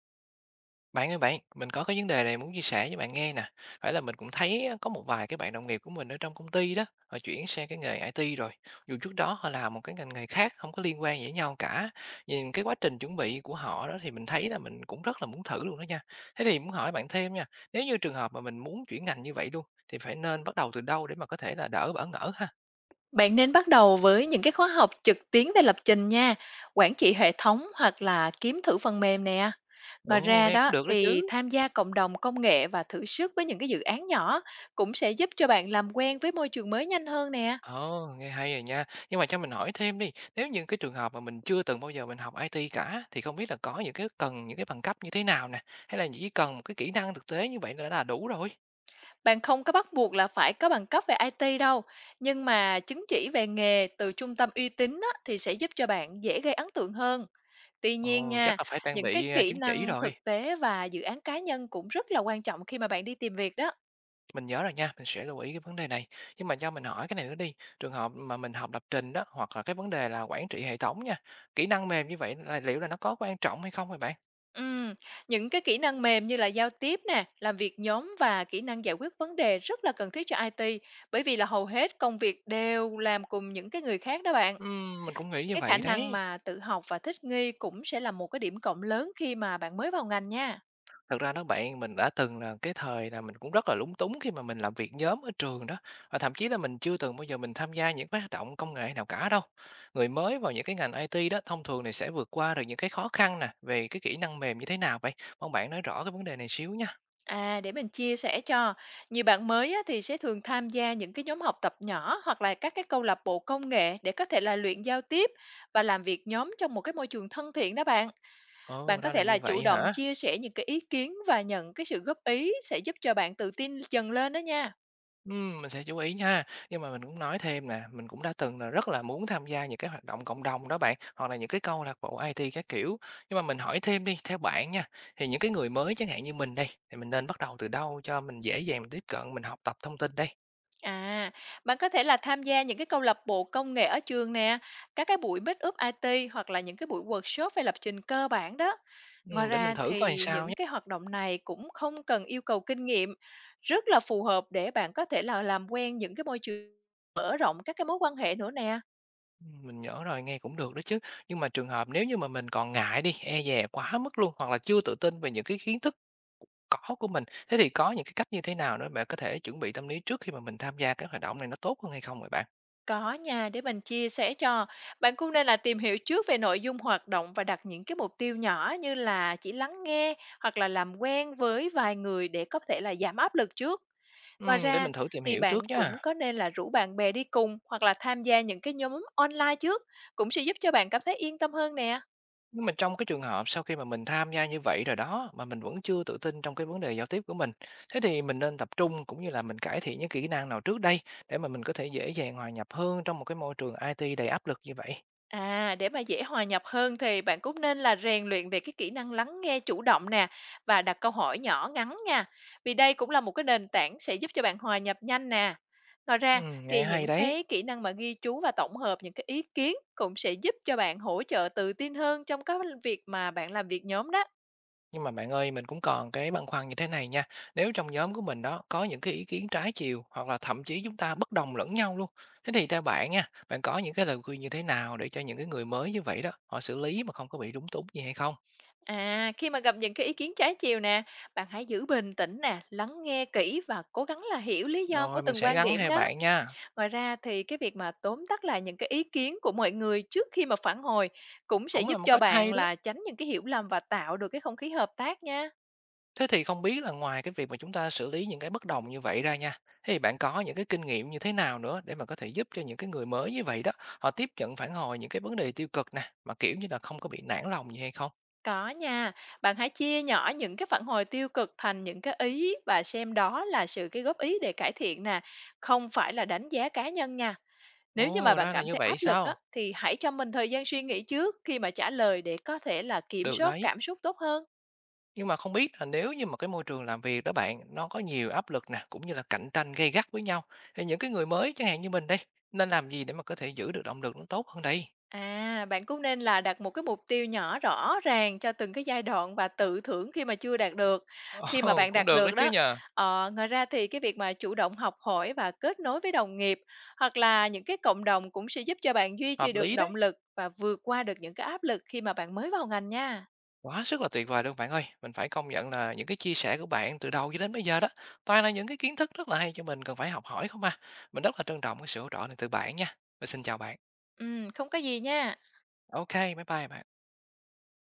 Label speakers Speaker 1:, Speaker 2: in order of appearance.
Speaker 1: Bạn ơi bạn, mình có cái vấn đề này muốn chia sẻ với bạn nghe nè. Phải là mình cũng thấy á, có một vài cái bạn đồng nghiệp của mình ở trong công ty đó, họ chuyển sang cái nghề IT rồi. Dù trước đó họ làm một cái ngành nghề khác không có liên quan gì với nhau cả. Nhìn cái quá trình chuẩn bị của họ đó thì mình thấy là mình cũng rất là muốn thử luôn đó nha. Thế thì muốn hỏi bạn thêm nha. Nếu như trường hợp mà mình muốn chuyển ngành như vậy luôn thì phải nên bắt đầu từ đâu để mà có thể là đỡ bỡ ngỡ ha?
Speaker 2: Bạn nên bắt đầu với những cái khóa học trực tuyến về lập trình nha, quản trị hệ thống hoặc là kiếm thử phần mềm nè. Ngoài
Speaker 1: Ồ,
Speaker 2: ra
Speaker 1: nghe
Speaker 2: đó
Speaker 1: cũng được đó
Speaker 2: thì
Speaker 1: chứ.
Speaker 2: tham gia cộng đồng công nghệ và thử sức với những cái dự án nhỏ cũng sẽ giúp cho bạn làm quen với môi trường mới nhanh hơn nè.
Speaker 1: Ồ, nghe hay rồi nha. Nhưng mà cho mình hỏi thêm đi, nếu những cái trường hợp mà mình chưa từng bao giờ mình học IT cả thì không biết là có những cái cần những cái bằng cấp như thế nào nè, hay là chỉ cần một cái kỹ năng thực tế như vậy là đủ rồi.
Speaker 2: Bạn không có bắt buộc là phải có bằng cấp về IT đâu, nhưng mà chứng chỉ về nghề từ trung tâm uy tín á, thì sẽ giúp cho bạn dễ gây ấn tượng hơn. Tuy nhiên
Speaker 1: Ồ, chắc
Speaker 2: nha,
Speaker 1: là phải trang
Speaker 2: những cái
Speaker 1: bị à,
Speaker 2: kỹ
Speaker 1: chứng chỉ
Speaker 2: năng
Speaker 1: rồi.
Speaker 2: thực tế và dự án cá nhân cũng rất là quan trọng khi mà bạn đi tìm việc đó.
Speaker 1: Mình nhớ rồi nha, mình sẽ lưu ý cái vấn đề này. Nhưng mà cho mình hỏi cái này nữa đi, trường hợp mà mình học lập trình đó hoặc là cái vấn đề là quản trị hệ thống nha, kỹ năng mềm như vậy là liệu là nó có quan trọng hay không vậy bạn?
Speaker 2: Ừm, những cái kỹ năng mềm như là giao tiếp nè, làm việc nhóm và kỹ năng giải quyết vấn đề rất là cần thiết cho IT, bởi vì là hầu hết công việc đều làm cùng những cái người khác đó bạn.
Speaker 1: Mình cũng nghĩ như
Speaker 2: Cái khả
Speaker 1: vậy
Speaker 2: năng
Speaker 1: đấy.
Speaker 2: mà tự học và thích nghi cũng sẽ là một cái điểm cộng lớn khi mà bạn mới vào ngành nha.
Speaker 1: Thật ra đó bạn, mình đã từng là cái thời là mình cũng rất là lúng túng khi mà mình làm việc nhóm ở trường đó, và thậm chí là mình chưa từng bao giờ mình tham gia những cái hoạt động công nghệ nào cả đâu. Người mới vào những cái ngành IT đó, thông thường này sẽ vượt qua được những cái khó khăn nè, về cái kỹ năng mềm như thế nào vậy? Mong bạn nói rõ cái vấn đề này xíu nha.
Speaker 2: À, để mình chia sẻ cho, nhiều bạn mới á, thì sẽ thường tham gia những cái nhóm học tập nhỏ hoặc là các cái câu lạc bộ công nghệ để có thể là luyện giao tiếp và làm việc nhóm trong một cái môi trường thân thiện đó bạn.
Speaker 1: Ồ,
Speaker 2: Bạn có
Speaker 1: ra là
Speaker 2: thể là
Speaker 1: như
Speaker 2: chủ
Speaker 1: vậy
Speaker 2: động
Speaker 1: hả?
Speaker 2: chia sẻ những cái ý kiến và nhận cái sự góp ý sẽ giúp cho bạn tự tin dần lên đó nha.
Speaker 1: Mình sẽ chú ý nha. Nhưng mà mình cũng nói thêm nè, mình cũng đã từng là rất là muốn tham gia những cái hoạt động cộng đồng đó bạn, hoặc là những cái câu lạc bộ IT các kiểu. Nhưng mà mình hỏi thêm đi, theo bạn nha, thì những cái người mới chẳng hạn như mình đây, thì mình nên bắt đầu từ đâu cho mình dễ dàng mình tiếp cận, mình học tập thông tin đây?
Speaker 2: À, bạn có thể là tham gia những cái câu lạc bộ công nghệ ở trường nè, các cái buổi meet up IT hoặc là những cái buổi workshop về lập trình cơ bản đó. Ngoài
Speaker 1: Để mình
Speaker 2: ra
Speaker 1: thử coi làm
Speaker 2: thì
Speaker 1: sao
Speaker 2: những
Speaker 1: nhé.
Speaker 2: cái hoạt động này cũng không cần yêu cầu kinh nghiệm, rất là phù hợp để bạn có thể là làm quen những cái môi trường mở rộng các cái mối quan hệ nữa nè.
Speaker 1: Mình nhớ rồi, nghe cũng được đó chứ. Nhưng mà trường hợp nếu như mà mình còn ngại đi, e dè quá mức luôn, hoặc là chưa tự tin về những cái kiến thức có của mình, thế thì có những cái cách như thế nào nữa bạn có thể chuẩn bị tâm lý trước khi mà mình tham gia cái hoạt động này nó tốt hơn hay không vậy bạn?
Speaker 2: Có nha, để mình chia sẻ cho. Bạn cũng nên là tìm hiểu trước về nội dung hoạt động và đặt những cái mục tiêu nhỏ như là chỉ lắng nghe hoặc là làm quen với vài người để có thể là giảm áp lực trước. Ngoài
Speaker 1: Để
Speaker 2: ra
Speaker 1: mình thử tìm
Speaker 2: thì
Speaker 1: hiểu trước
Speaker 2: bạn
Speaker 1: nha.
Speaker 2: cũng có nên là rủ bạn bè đi cùng hoặc là tham gia những cái nhóm online trước cũng sẽ giúp cho bạn cảm thấy yên tâm hơn nè.
Speaker 1: Nhưng mà trong cái trường hợp sau khi mà mình tham gia như vậy rồi đó mà mình vẫn chưa tự tin trong cái vấn đề giao tiếp của mình, thế thì mình nên tập trung cũng như là mình cải thiện những kỹ năng nào trước đây để mà mình có thể dễ dàng hòa nhập hơn trong một cái môi trường IT đầy áp lực như vậy?
Speaker 2: À, để mà dễ hòa nhập hơn thì bạn cũng nên là rèn luyện về cái kỹ năng lắng nghe chủ động nè và đặt câu hỏi nhỏ ngắn nha. Vì đây cũng là một cái nền tảng sẽ giúp cho bạn hòa nhập nhanh nè. Ngoài
Speaker 1: Ừ,
Speaker 2: ra
Speaker 1: nghe
Speaker 2: thì
Speaker 1: hay
Speaker 2: những
Speaker 1: đấy.
Speaker 2: cái kỹ năng mà ghi chú và tổng hợp những cái ý kiến cũng sẽ giúp cho bạn hỗ trợ tự tin hơn trong các việc mà bạn làm việc nhóm đó.
Speaker 1: Nhưng mà bạn ơi, mình cũng còn cái băn khoăn như thế này nha. Nếu trong nhóm của mình đó có những cái ý kiến trái chiều hoặc là thậm chí chúng ta bất đồng lẫn nhau luôn. Thế thì theo bạn nha, bạn có những cái lời khuyên như thế nào để cho những cái người mới như vậy đó họ xử lý mà không có bị lúng túng gì hay không?
Speaker 2: À, khi mà gặp những cái ý kiến trái chiều nè, bạn hãy giữ bình tĩnh nè, lắng nghe kỹ và cố gắng là hiểu lý do của
Speaker 1: Rồi, mình
Speaker 2: từng
Speaker 1: sẽ
Speaker 2: quan
Speaker 1: gắn
Speaker 2: điểm
Speaker 1: hai
Speaker 2: đó.
Speaker 1: bạn nha.
Speaker 2: Ngoài ra thì cái việc mà tóm tắt lại những cái ý kiến của mọi người trước khi mà phản hồi cũng sẽ
Speaker 1: Cũng
Speaker 2: giúp
Speaker 1: là một
Speaker 2: cho
Speaker 1: cách
Speaker 2: bạn
Speaker 1: hay đó.
Speaker 2: là tránh những cái hiểu lầm và tạo được cái không khí hợp tác nha.
Speaker 1: Thế thì không biết là ngoài cái việc mà chúng ta xử lý những cái bất đồng như vậy ra nha, thì bạn có những cái kinh nghiệm như thế nào nữa để mà có thể giúp cho những cái người mới như vậy đó, họ tiếp nhận phản hồi những cái vấn đề tiêu cực nè, mà kiểu như là không có bị nản lòng gì hay không?
Speaker 2: Có nha, bạn hãy chia nhỏ những cái phản hồi tiêu cực thành những cái ý và xem đó là sự cái góp ý để cải thiện nè, không phải là đánh giá cá nhân nha. Nếu như mà
Speaker 1: Ồ,
Speaker 2: bạn
Speaker 1: ra là
Speaker 2: cảm
Speaker 1: như
Speaker 2: thấy
Speaker 1: vậy
Speaker 2: áp lực á,
Speaker 1: sao?
Speaker 2: thì hãy cho mình thời gian suy nghĩ trước khi mà trả lời để có thể là kiểm
Speaker 1: Được
Speaker 2: soát
Speaker 1: đấy.
Speaker 2: cảm xúc tốt hơn.
Speaker 1: Nhưng mà không biết là nếu như mà cái môi trường làm việc đó bạn, nó có nhiều áp lực nè, cũng như là cạnh tranh gay gắt với nhau, thì những cái người mới chẳng hạn như mình đây, nên làm gì để mà có thể giữ được động lực nó tốt hơn đây?
Speaker 2: À, bạn cũng nên là đặt một cái mục tiêu nhỏ rõ ràng cho từng cái giai đoạn và tự thưởng khi mà chưa đạt được, khi mà
Speaker 1: Ồ,
Speaker 2: bạn
Speaker 1: cũng
Speaker 2: đạt
Speaker 1: được đó
Speaker 2: được
Speaker 1: chứ
Speaker 2: đó.
Speaker 1: nhờ.
Speaker 2: Ờ, ngoài ra thì cái việc mà chủ động học hỏi và kết nối với đồng nghiệp hoặc là những cái cộng đồng cũng sẽ giúp cho bạn duy trì
Speaker 1: Hợp
Speaker 2: được
Speaker 1: lý
Speaker 2: động
Speaker 1: đấy.
Speaker 2: lực và vượt qua được những cái áp lực khi mà bạn mới vào ngành nha.
Speaker 1: Quá sức là tuyệt vời luôn bạn ơi. Mình phải công nhận là những cái chia sẻ của bạn từ đầu cho đến bây giờ đó, toàn là những cái kiến thức rất là hay cho mình cần phải học hỏi không à. Mình rất là trân trọng cái sự hỗ trợ này từ bạn nha. Mình xin chào bạn.
Speaker 2: Ừ, không có gì nha.
Speaker 1: Ok, bye bye bạn.